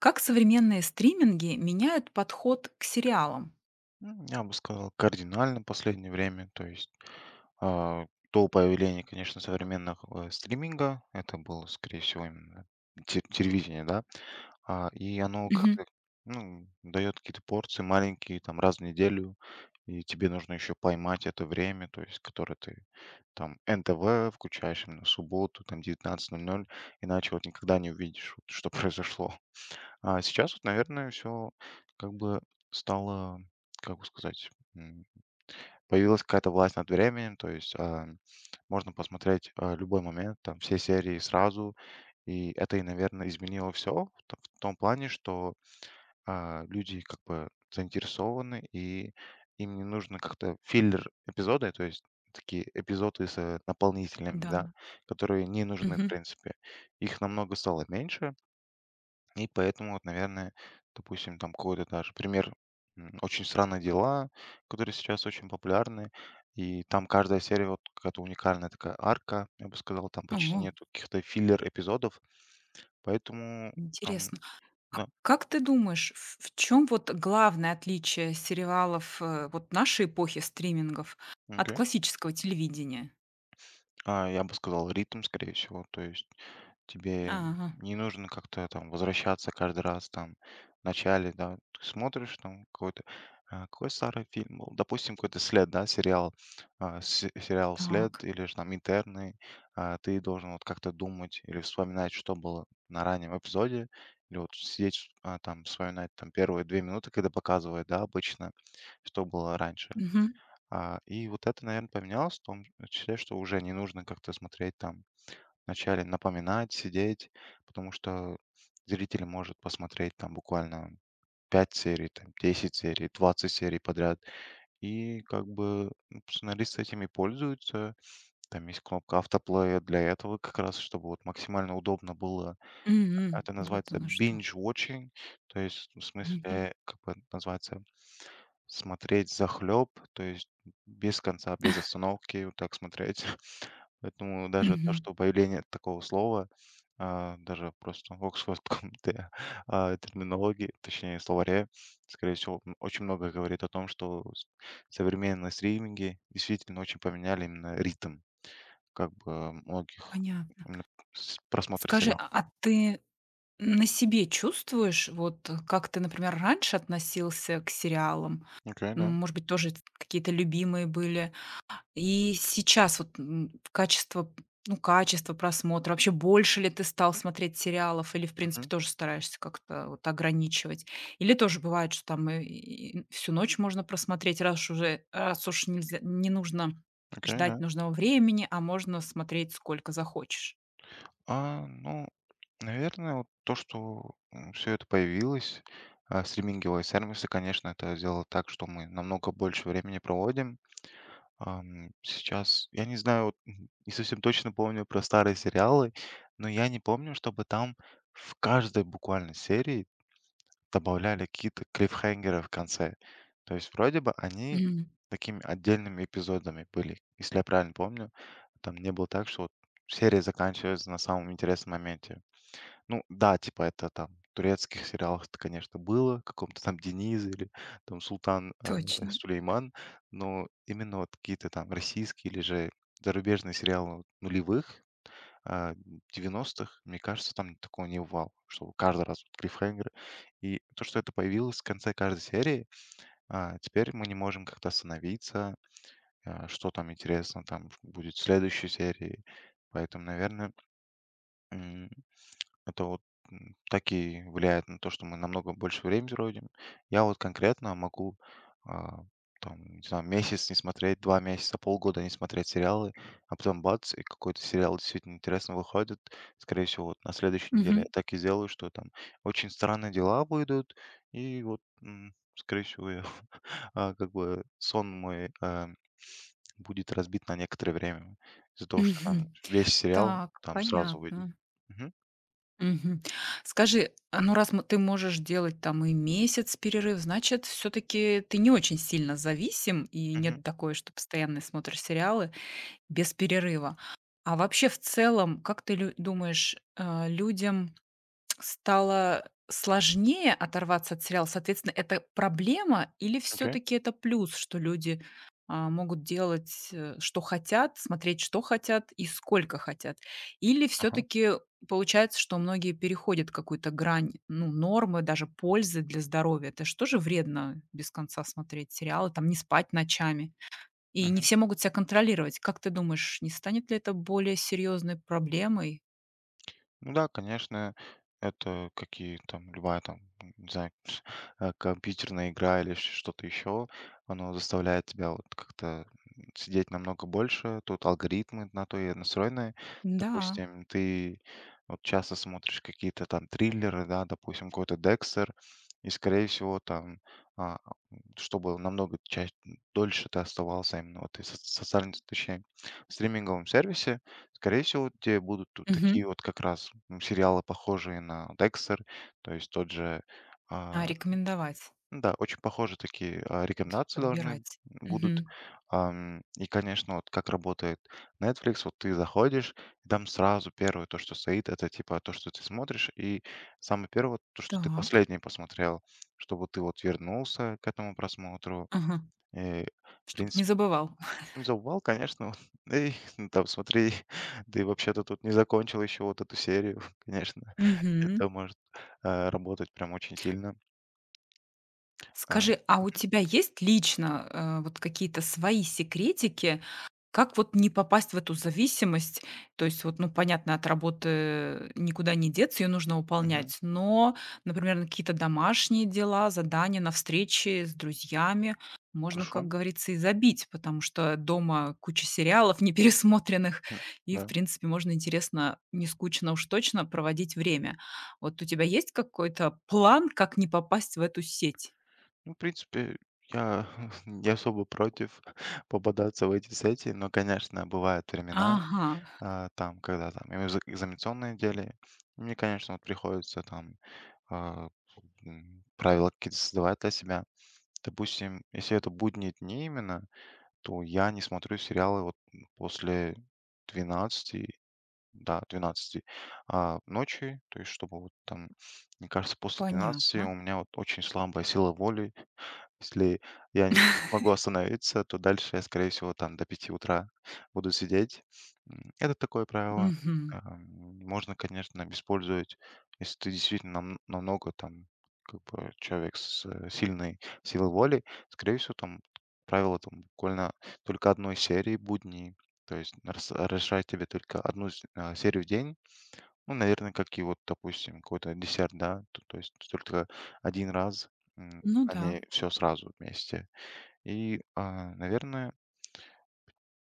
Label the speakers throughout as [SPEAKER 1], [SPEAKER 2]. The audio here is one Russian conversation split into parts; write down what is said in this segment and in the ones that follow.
[SPEAKER 1] Как современные стриминги меняют подход к сериалам?
[SPEAKER 2] Я бы сказал, кардинально в последнее время. То есть а, до появления, конечно, современных стриминга, это было, скорее всего, именно телевидение, да. И оно
[SPEAKER 1] Мгм.
[SPEAKER 2] как-то, ну, дает какие-то порции маленькие, там, раз в неделю, и тебе нужно еще поймать это время, то есть, которое ты там НТВ включаешь именно в субботу, там, 19:00, иначе вот никогда не увидишь, вот, что произошло. А сейчас вот, наверное, все как бы стало, как бы сказать, м, появилась какая-то власть над временем, то есть, можно посмотреть, любой момент, там, все серии сразу. И это наверное, изменило все в том плане, что, люди как бы заинтересованы, и им не нужно как-то филлер эпизоды, то есть такие эпизоды с, наполнителями,
[SPEAKER 1] Да.
[SPEAKER 2] да, которые не нужны в
[SPEAKER 1] Мгм.
[SPEAKER 2] принципе. Их намного стало меньше, и поэтому вот, наверное, допустим, там какой-то даже пример, «Очень странные дела», которые сейчас очень популярны, и там каждая серия вот какая-то уникальная такая арка, я бы сказал, там
[SPEAKER 1] О,
[SPEAKER 2] почти нету каких-то филлер-эпизодов, поэтому там,
[SPEAKER 1] интересно. А
[SPEAKER 2] да,
[SPEAKER 1] как ты думаешь, в чем вот главное отличие сериалов, вот нашей эпохи стримингов от
[SPEAKER 2] окей.
[SPEAKER 1] классического телевидения?
[SPEAKER 2] Я бы сказал, ритм, скорее всего. То есть тебе
[SPEAKER 1] Ага,
[SPEAKER 2] не нужно как-то там возвращаться каждый раз там в начале, да. Ты смотришь там какой-то, какой старый фильм был, допустим, какой-то след, да, сериал, сериал след
[SPEAKER 1] так.
[SPEAKER 2] или же там интерны, ты должен вот как-то думать или вспоминать, что было на раннем эпизоде, или вот сидеть, там вспоминать там первые 2 минуты, когда показывают, да, обычно, что было раньше.
[SPEAKER 1] Мгм.
[SPEAKER 2] И вот это, наверное, поменялось в том числе, что уже не нужно как-то смотреть там вначале, напоминать, сидеть, потому что зритель может посмотреть там буквально 5 серий, там 10 серий, 20 серий подряд. И как бы, ну, сценаристы этими пользуются. Там есть кнопка автоплея для этого как раз, чтобы вот максимально удобно было.
[SPEAKER 1] Мгм.
[SPEAKER 2] Это
[SPEAKER 1] Вот
[SPEAKER 2] называется
[SPEAKER 1] оно что.
[SPEAKER 2] binge watching, то есть в
[SPEAKER 1] Мгм.
[SPEAKER 2] смысле, как бы это называется, смотреть захлеб, то есть без конца, без остановки, вот так смотреть. Поэтому даже то,
[SPEAKER 1] Мгм.
[SPEAKER 2] что появление такого слова, даже просто в оксфордском терминологии, точнее словаре, скорее всего, очень много говорит о том, что современные стриминги действительно очень поменяли именно ритм, как бы многих
[SPEAKER 1] Понятно.
[SPEAKER 2] именно просмотра
[SPEAKER 1] Скажи,
[SPEAKER 2] сериала.
[SPEAKER 1] а ты на себе чувствуешь, вот, как ты, например, раньше относился к сериалам?
[SPEAKER 2] Окей, да.
[SPEAKER 1] Может быть, тоже какие-то любимые были. И сейчас вот, качество, ну, качество просмотра, вообще больше ли ты стал смотреть сериалов или, в принципе, тоже стараешься как-то вот ограничивать? Или тоже бывает, что там и всю ночь можно просмотреть, раз уж нельзя не нужно
[SPEAKER 2] Окей, да.
[SPEAKER 1] ждать нужного времени, а можно смотреть сколько захочешь?
[SPEAKER 2] Ну, наверное, вот то, что все это появилось, стриминговые сервисы, конечно, это сделало так, что мы намного больше времени проводим. Сейчас, я не знаю, вот, не совсем точно помню про старые сериалы, но я не помню, чтобы там в каждой буквально серии добавляли какие-то клиффхенгеры в конце. То есть вроде бы они
[SPEAKER 1] М,
[SPEAKER 2] такими отдельными эпизодами были, если я правильно помню. Там не было так, что вот серия заканчивается на самом интересном моменте. Ну да, типа это там в турецких сериалах это, конечно, было, в каком-то там Дениз или там Султан,
[SPEAKER 1] точно.
[SPEAKER 2] Сулейман, но именно вот какие-то там российские или же зарубежные сериалы нулевых, а, 90-х, мне кажется, там такого не бывало, чтобы каждый раз вот клиффхенгеры. И то, что это появилось в конце каждой серии, теперь мы не можем как-то остановиться, что там интересно там будет в следующей серии. Поэтому, наверное, М, это вот, так и влияет на то, что мы намного больше времени проводим. Я вот конкретно могу, а, там, не знаю, месяц не смотреть, 2 месяца, полгода не смотреть сериалы, а потом бац, и какой-то сериал действительно интересно выходит. Скорее всего, вот на следующей неделе я
[SPEAKER 1] Мгм,
[SPEAKER 2] так и сделаю, что там очень странные дела выйдут, и вот, скорее всего, я, как бы сон мой, будет разбит на некоторое время из-за того, что там
[SPEAKER 1] мгм.
[SPEAKER 2] весь сериал
[SPEAKER 1] Так,
[SPEAKER 2] там сразу выйдет.
[SPEAKER 1] понятно.
[SPEAKER 2] Мгм,
[SPEAKER 1] Мгм. Скажи, а, ну, раз мо ты можешь делать там и месяц перерыв, значит, все таки ты не очень сильно зависим, и
[SPEAKER 2] мгм.
[SPEAKER 1] нет такое, что постоянно смотришь сериалы без перерыва. А вообще, в целом, как ты лю думаешь, людям стало сложнее оторваться от сериала? Соответственно, это проблема или все
[SPEAKER 2] Окей.
[SPEAKER 1] таки это плюс, что люди, могут делать, что хотят, смотреть, что хотят и сколько хотят? Или все
[SPEAKER 2] Ага.
[SPEAKER 1] таки получается, что многие переходят какую-то грань, ну, нормы, даже пользы для здоровья? Это что же тоже вредно без конца смотреть сериалы, там, не спать ночами. И не
[SPEAKER 2] Мгм.
[SPEAKER 1] все могут себя контролировать. Как ты думаешь, не станет ли это более серьезной проблемой?
[SPEAKER 2] Ну да, конечно, это какие там, любая там, не знаю, компьютерная игра или что-то еще, оно заставляет тебя вот как-то, сидеть намного больше. Тут алгоритмы на то и настроены.
[SPEAKER 1] Да.
[SPEAKER 2] Допустим, ты вот часто смотришь какие-то там триллеры, да, допустим, какой-то Декстер, и, скорее всего, там, а, чтобы намного чаще, дольше ты оставался именно вот и социальном, точнее, в стриминговом сервисе, скорее всего, тебе будут тут
[SPEAKER 1] Мгм.
[SPEAKER 2] такие вот как раз, сериалы, похожие на Dexter, то есть тот же, а,
[SPEAKER 1] А, рекомендовать.
[SPEAKER 2] ну да, очень похожие такие,
[SPEAKER 1] То есть
[SPEAKER 2] рекомендации должны
[SPEAKER 1] подбирать.
[SPEAKER 2] будут.
[SPEAKER 1] Мгм.
[SPEAKER 2] И, конечно, вот как работает Netflix, вот ты заходишь, и там сразу первое то, что стоит, это типа то, что ты смотришь, и самое первое, вот то, что ты
[SPEAKER 1] Так.
[SPEAKER 2] последнее посмотрел, чтобы ты вот вернулся к этому просмотру.
[SPEAKER 1] Ага.
[SPEAKER 2] Э,
[SPEAKER 1] Чтоб не
[SPEAKER 2] принцип
[SPEAKER 1] забывал.
[SPEAKER 2] "Принцовал", конечно, да. И, ну, там смотри, ты вообще-то тут не закончил еще вот эту серию, конечно.
[SPEAKER 1] Мгм.
[SPEAKER 2] Это может, работать прям очень сильно. А,
[SPEAKER 1] Скажи, а у тебя есть лично, вот какие-то свои секретики, как вот не попасть в эту зависимость? То есть вот, ну, понятно, от работы никуда не деться, ее нужно
[SPEAKER 2] мгм,
[SPEAKER 1] выполнять, но, например, на какие-то домашние дела, задания, на встречи с друзьями можно,
[SPEAKER 2] хорошо.
[SPEAKER 1] как говорится, и забить, потому что дома куча сериалов непересмотренных,
[SPEAKER 2] Хм,
[SPEAKER 1] и, в
[SPEAKER 2] да.
[SPEAKER 1] принципе, можно интересно, не скучно уж точно проводить время. Вот у тебя есть какой-то план, как не попасть в эту сеть?
[SPEAKER 2] Ну, в принципе, я не особо против попадаться в эти сети, но, конечно, бывают времена,
[SPEAKER 1] Ага,
[SPEAKER 2] там, когда там экзаменационные дели. Мне, конечно, вот приходится там, а, правила какие-то создавать для себя. Допустим, если это будние дни именно, то я не смотрю сериалы вот после двенадцати, да, двенадцати, ночи, то есть чтобы вот там, мне кажется, после двенадцати у
[SPEAKER 1] понятно.
[SPEAKER 2] меня вот очень слабая сила воли, если я не смогу остановиться, то дальше я, скорее всего, там до 5 утра буду сидеть. Это такое правило.
[SPEAKER 1] Мгм.
[SPEAKER 2] Ам, Можно, конечно, использовать, если ты действительно намного там как бы человек с, сильной силой воли, скорее всего, там правило там буквально только одной серии будней, то есть разрешает тебе только одну серию в день, ну, наверное, как и вот, допустим, какой-то десерт, да, то, то есть только один раз,
[SPEAKER 1] Ну
[SPEAKER 2] а
[SPEAKER 1] да.
[SPEAKER 2] не все сразу вместе. И, наверное,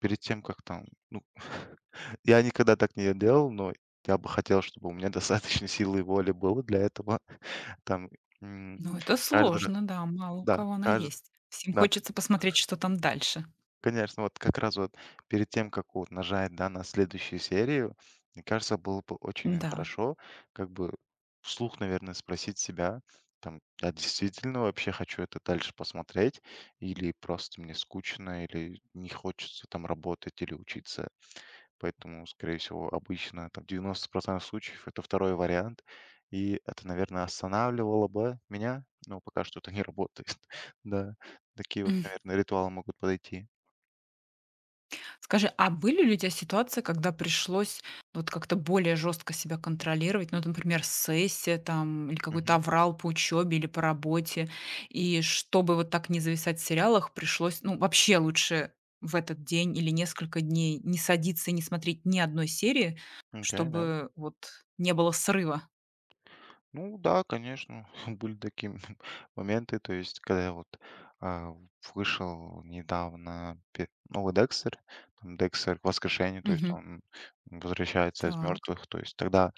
[SPEAKER 2] перед тем, как там, ну, я никогда так не делал, но я бы хотел, чтобы у меня достаточно силы и воли было для этого. Там, м,
[SPEAKER 1] Ну, это
[SPEAKER 2] каждый раз,
[SPEAKER 1] сложно, да, мало у
[SPEAKER 2] да,
[SPEAKER 1] кого она
[SPEAKER 2] каждый.
[SPEAKER 1] есть. Всем хочется посмотреть, что там дальше.
[SPEAKER 2] Конечно, вот как раз вот перед тем, как вот нажать, да, на следующую серию, мне кажется, было бы очень
[SPEAKER 1] Да.
[SPEAKER 2] хорошо как бы вслух, наверное, спросить себя, там, я действительно вообще хочу это дальше посмотреть или просто мне скучно, или не хочется там работать или учиться. Поэтому, скорее всего, обычно там 90% случаев это второй вариант. И это, наверное, останавливало бы меня, но пока что это не работает. Да, такие вот,
[SPEAKER 1] М.
[SPEAKER 2] наверное, ритуалы могут подойти.
[SPEAKER 1] Скажи, а были ли у тебя ситуации, когда пришлось вот как-то более жестко себя контролировать? Ну, например, сессия там или какой-то аврал по учебе или по работе. И чтобы вот так не зависать в сериалах, пришлось, ну, вообще лучше в этот день или несколько дней не садиться и не смотреть ни одной серии,
[SPEAKER 2] Окей, да.
[SPEAKER 1] чтобы вот не было срыва.
[SPEAKER 2] Ну да, конечно, были такие моменты, то есть, когда я вот, а, вышел недавно, новый Декстер, там Декстер Воскрешение, то есть
[SPEAKER 1] Мгм.
[SPEAKER 2] он возвращается из
[SPEAKER 1] Так.
[SPEAKER 2] мертвых, то есть тогда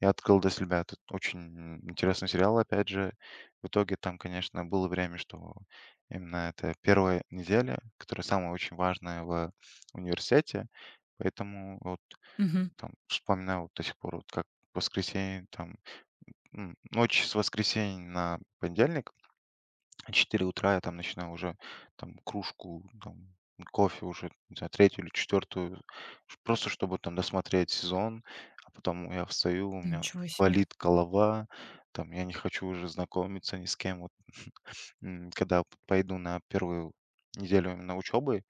[SPEAKER 2] я открыл для себя этот очень интересный сериал, опять же, в итоге там, конечно, было время, что именно это первая неделя, которая самая очень важная в университете, поэтому вот
[SPEAKER 1] Мгм.
[SPEAKER 2] там вспоминаю вот до сих пор, вот как воскресенье, там, ночь с воскресенья на понедельник, 4 утра я там начинаю уже там кружку, там, кофе уже, не знаю, 3-ю или четвертую, ш просто чтобы там досмотреть сезон. А потом я встаю, у меня
[SPEAKER 1] Ничего себе.
[SPEAKER 2] болит голова, там я не хочу уже знакомиться ни с кем. Вот, когда п пойду на первую неделю именно учебы.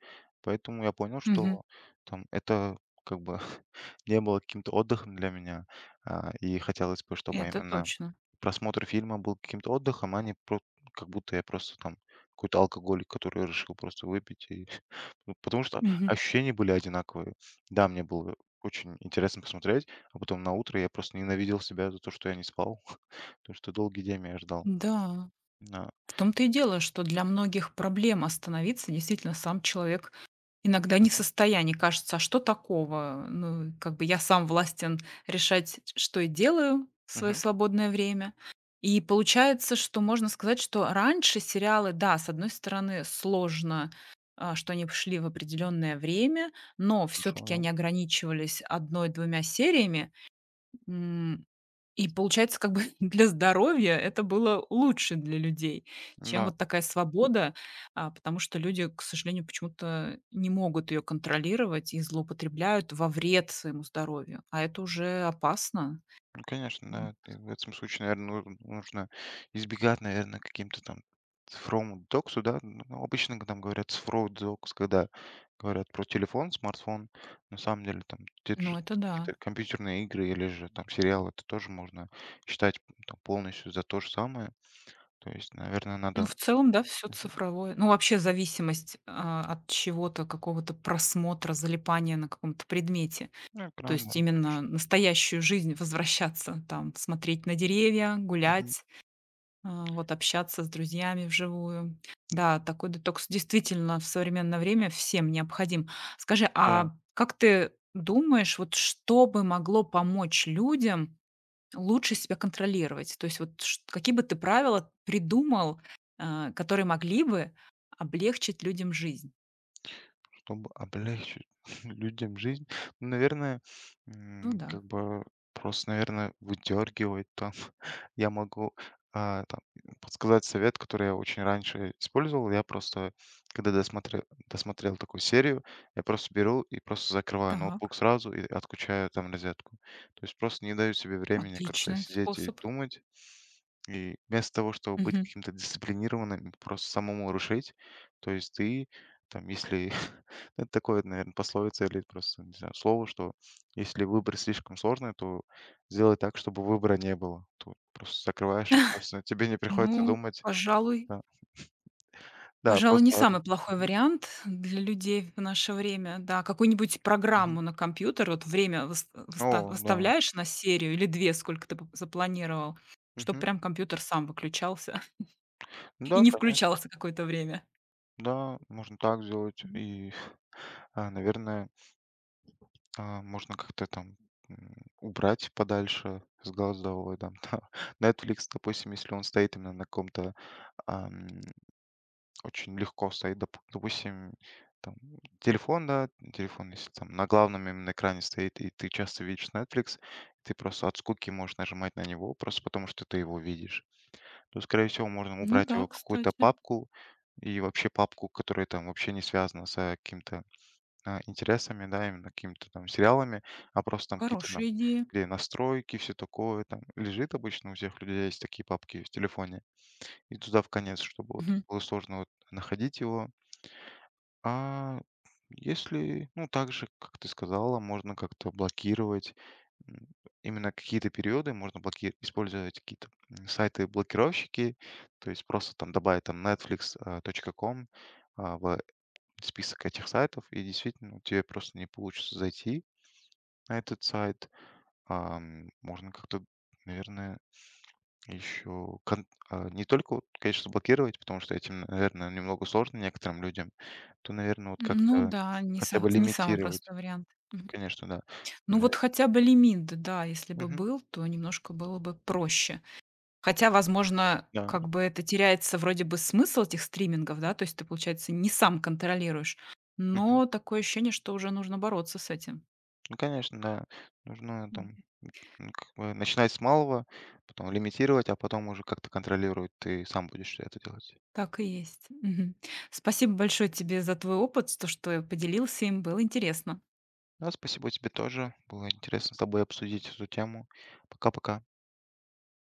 [SPEAKER 2] Поэтому я понял,
[SPEAKER 1] Мгм.
[SPEAKER 2] что там это как бы не было каким-то отдыхом для меня. И хотелось бы, чтобы
[SPEAKER 1] Это
[SPEAKER 2] именно
[SPEAKER 1] точно.
[SPEAKER 2] просмотр фильма был каким-то отдыхом, а не про как будто я просто там какой-то алкоголик, который решил просто выпить. И ну, потому что
[SPEAKER 1] Мгм.
[SPEAKER 2] ощущения были одинаковые. Да, мне было очень интересно посмотреть, а потом на утро я просто ненавидел себя за то, что я не спал, потому что долгий день меня ждал.
[SPEAKER 1] Да.
[SPEAKER 2] Да.
[SPEAKER 1] В том-то и дело, что для многих проблема остановиться. Действительно, сам человек иногда не в
[SPEAKER 2] Мгм.
[SPEAKER 1] состоянии. Кажется, а что такого? Ну, как бы я сам властен решать, что я делаю в свое
[SPEAKER 2] Мгм.
[SPEAKER 1] свободное время. И получается, что можно сказать, что раньше сериалы, да, с одной стороны, сложно, а, что они шли в определенное время, но
[SPEAKER 2] Хорошо,
[SPEAKER 1] все-таки они
[SPEAKER 2] да.
[SPEAKER 1] ограничивались одной-двумя сериями. М, и получается, как бы для здоровья это было лучше для людей, чем
[SPEAKER 2] Да,
[SPEAKER 1] вот такая свобода, потому что люди, к сожалению, почему-то не могут ее контролировать и злоупотребляют во вред своему здоровью, а это уже опасно.
[SPEAKER 2] ну, конечно,
[SPEAKER 1] М,
[SPEAKER 2] да. Ты в этом случае, наверное, нужно избегать, наверное, каким-то там цифровому детоксу, да. Ну, обычно там говорят цифровой детокс, когда говорят про телефон, смартфон. На самом деле там те же
[SPEAKER 1] ну, это
[SPEAKER 2] какие-то
[SPEAKER 1] да.
[SPEAKER 2] компьютерные игры или же там сериалы, это тоже можно считать там полностью за то же самое. То есть, наверное,
[SPEAKER 1] Ну,
[SPEAKER 2] надо...
[SPEAKER 1] в целом, да, все цифровое. Ну, вообще зависимость, от чего-то, какого-то просмотра, залипания на каком-то предмете.
[SPEAKER 2] Ну,
[SPEAKER 1] То
[SPEAKER 2] экран, да.
[SPEAKER 1] есть именно настоящую жизнь возвращаться, там, смотреть на деревья,
[SPEAKER 2] Мгм.
[SPEAKER 1] гулять, а, вот общаться с друзьями вживую. Да, такой детокс действительно в современное время всем необходим. Скажи,
[SPEAKER 2] Да.
[SPEAKER 1] а как ты думаешь, вот что бы могло помочь людям лучше себя контролировать? То есть вот ш- какие бы ты правила придумал, которые могли бы облегчить людям жизнь?
[SPEAKER 2] Чтобы облегчить людям жизнь. Ну, наверное,
[SPEAKER 1] Ну да.
[SPEAKER 2] как бы просто, наверное, выдергивать там. Я могу, там, подсказать совет, который я очень раньше использовал. Я просто, когда досмотрел, досмотрел такую серию, я просто беру и просто закрываю ноутбук
[SPEAKER 1] Так,
[SPEAKER 2] сразу и отключаю там розетку. То есть просто не даю себе времени как-то
[SPEAKER 1] отличный
[SPEAKER 2] сидеть и
[SPEAKER 1] способ.
[SPEAKER 2] думать. И вместо того, чтобы быть
[SPEAKER 1] Мгм.
[SPEAKER 2] каким-то дисциплинированным, и просто самому решить, то есть ты там, если это такое, наверное, пословица или просто, не знаю, слово, что если выбор слишком сложный, то сделай так, чтобы выбора не было. Тут просто закрываешь, и просто тебе не приходится
[SPEAKER 1] Ну,
[SPEAKER 2] думать.
[SPEAKER 1] пожалуй,
[SPEAKER 2] Да, да,
[SPEAKER 1] пожалуй, не
[SPEAKER 2] просто ладно.
[SPEAKER 1] самый плохой
[SPEAKER 2] Мгм,
[SPEAKER 1] вариант для людей в наше время. Да, какую-нибудь
[SPEAKER 2] мгм.
[SPEAKER 1] программу на компьютер, вот время
[SPEAKER 2] О, да.
[SPEAKER 1] выставляешь на серию или 2, сколько ты п запланировал, чтобы
[SPEAKER 2] Мгм.
[SPEAKER 1] прям компьютер сам выключался и
[SPEAKER 2] Да,
[SPEAKER 1] не
[SPEAKER 2] конечно.
[SPEAKER 1] включался какое-то время.
[SPEAKER 2] Да, можно так сделать.
[SPEAKER 1] Мгм.
[SPEAKER 2] И, наверное, можно как-то там, убрать подальше с глаз долой. Там, да. Netflix, допустим, если он стоит именно на каком-то, очень легко стоит, допустим, там, телефон, да, телефон, если там на главном именно экране стоит, и ты часто видишь Netflix, ты просто от скуки можешь нажимать на него, просто потому что ты его видишь. То, скорее всего, можно
[SPEAKER 1] Ну
[SPEAKER 2] убрать
[SPEAKER 1] да,
[SPEAKER 2] его в какую-то
[SPEAKER 1] кстати,
[SPEAKER 2] папку, и вообще папку, которая там вообще не связана с, какими-то, интересами, да, именно какими-то там сериалами, а просто там какие-то там,
[SPEAKER 1] хорошая идея.
[SPEAKER 2] где настройки, все такое, там лежит обычно у всех людей, есть такие папки в телефоне, и туда в конец, чтобы вот
[SPEAKER 1] Мгм.
[SPEAKER 2] было сложно вот находить его, а если, ну, так же, как ты сказала, можно как-то блокировать, м, именно какие-то периоды, можно использовать какие-то, сайты-блокировщики, то есть просто там добавить там netflix.com, в список этих сайтов, и действительно тебе просто не получится зайти на этот сайт. Можно как-то, наверное, еще не только, вот, конечно, блокировать, потому что этим, наверное, немного сложно некоторым людям, то, наверное, вот
[SPEAKER 1] Ну
[SPEAKER 2] как-то
[SPEAKER 1] да,
[SPEAKER 2] хотя бы
[SPEAKER 1] не самый
[SPEAKER 2] лимитировать.
[SPEAKER 1] простой вариант. Мгм.
[SPEAKER 2] Конечно, да.
[SPEAKER 1] Ну вот
[SPEAKER 2] Навер.
[SPEAKER 1] хотя бы лимит, да, если бы
[SPEAKER 2] Мгм.
[SPEAKER 1] был, то немножко было бы проще. Хотя, возможно,
[SPEAKER 2] Да.
[SPEAKER 1] как бы это теряется вроде бы смысл этих стримингов, да, то есть ты, получается, не сам контролируешь,
[SPEAKER 2] Мгм.
[SPEAKER 1] но такое ощущение, что уже нужно бороться с этим.
[SPEAKER 2] Ну, конечно, да. Нужно
[SPEAKER 1] М,
[SPEAKER 2] там, как бы начинать с малого, потом лимитировать, а потом уже как-то контролировать. Ты сам будешь это делать.
[SPEAKER 1] Так и есть. Мгм. Спасибо большое тебе за твой опыт, то, что поделился им, было интересно.
[SPEAKER 2] Да, спасибо тебе тоже. Было интересно с тобой обсудить эту тему. Пока-пока.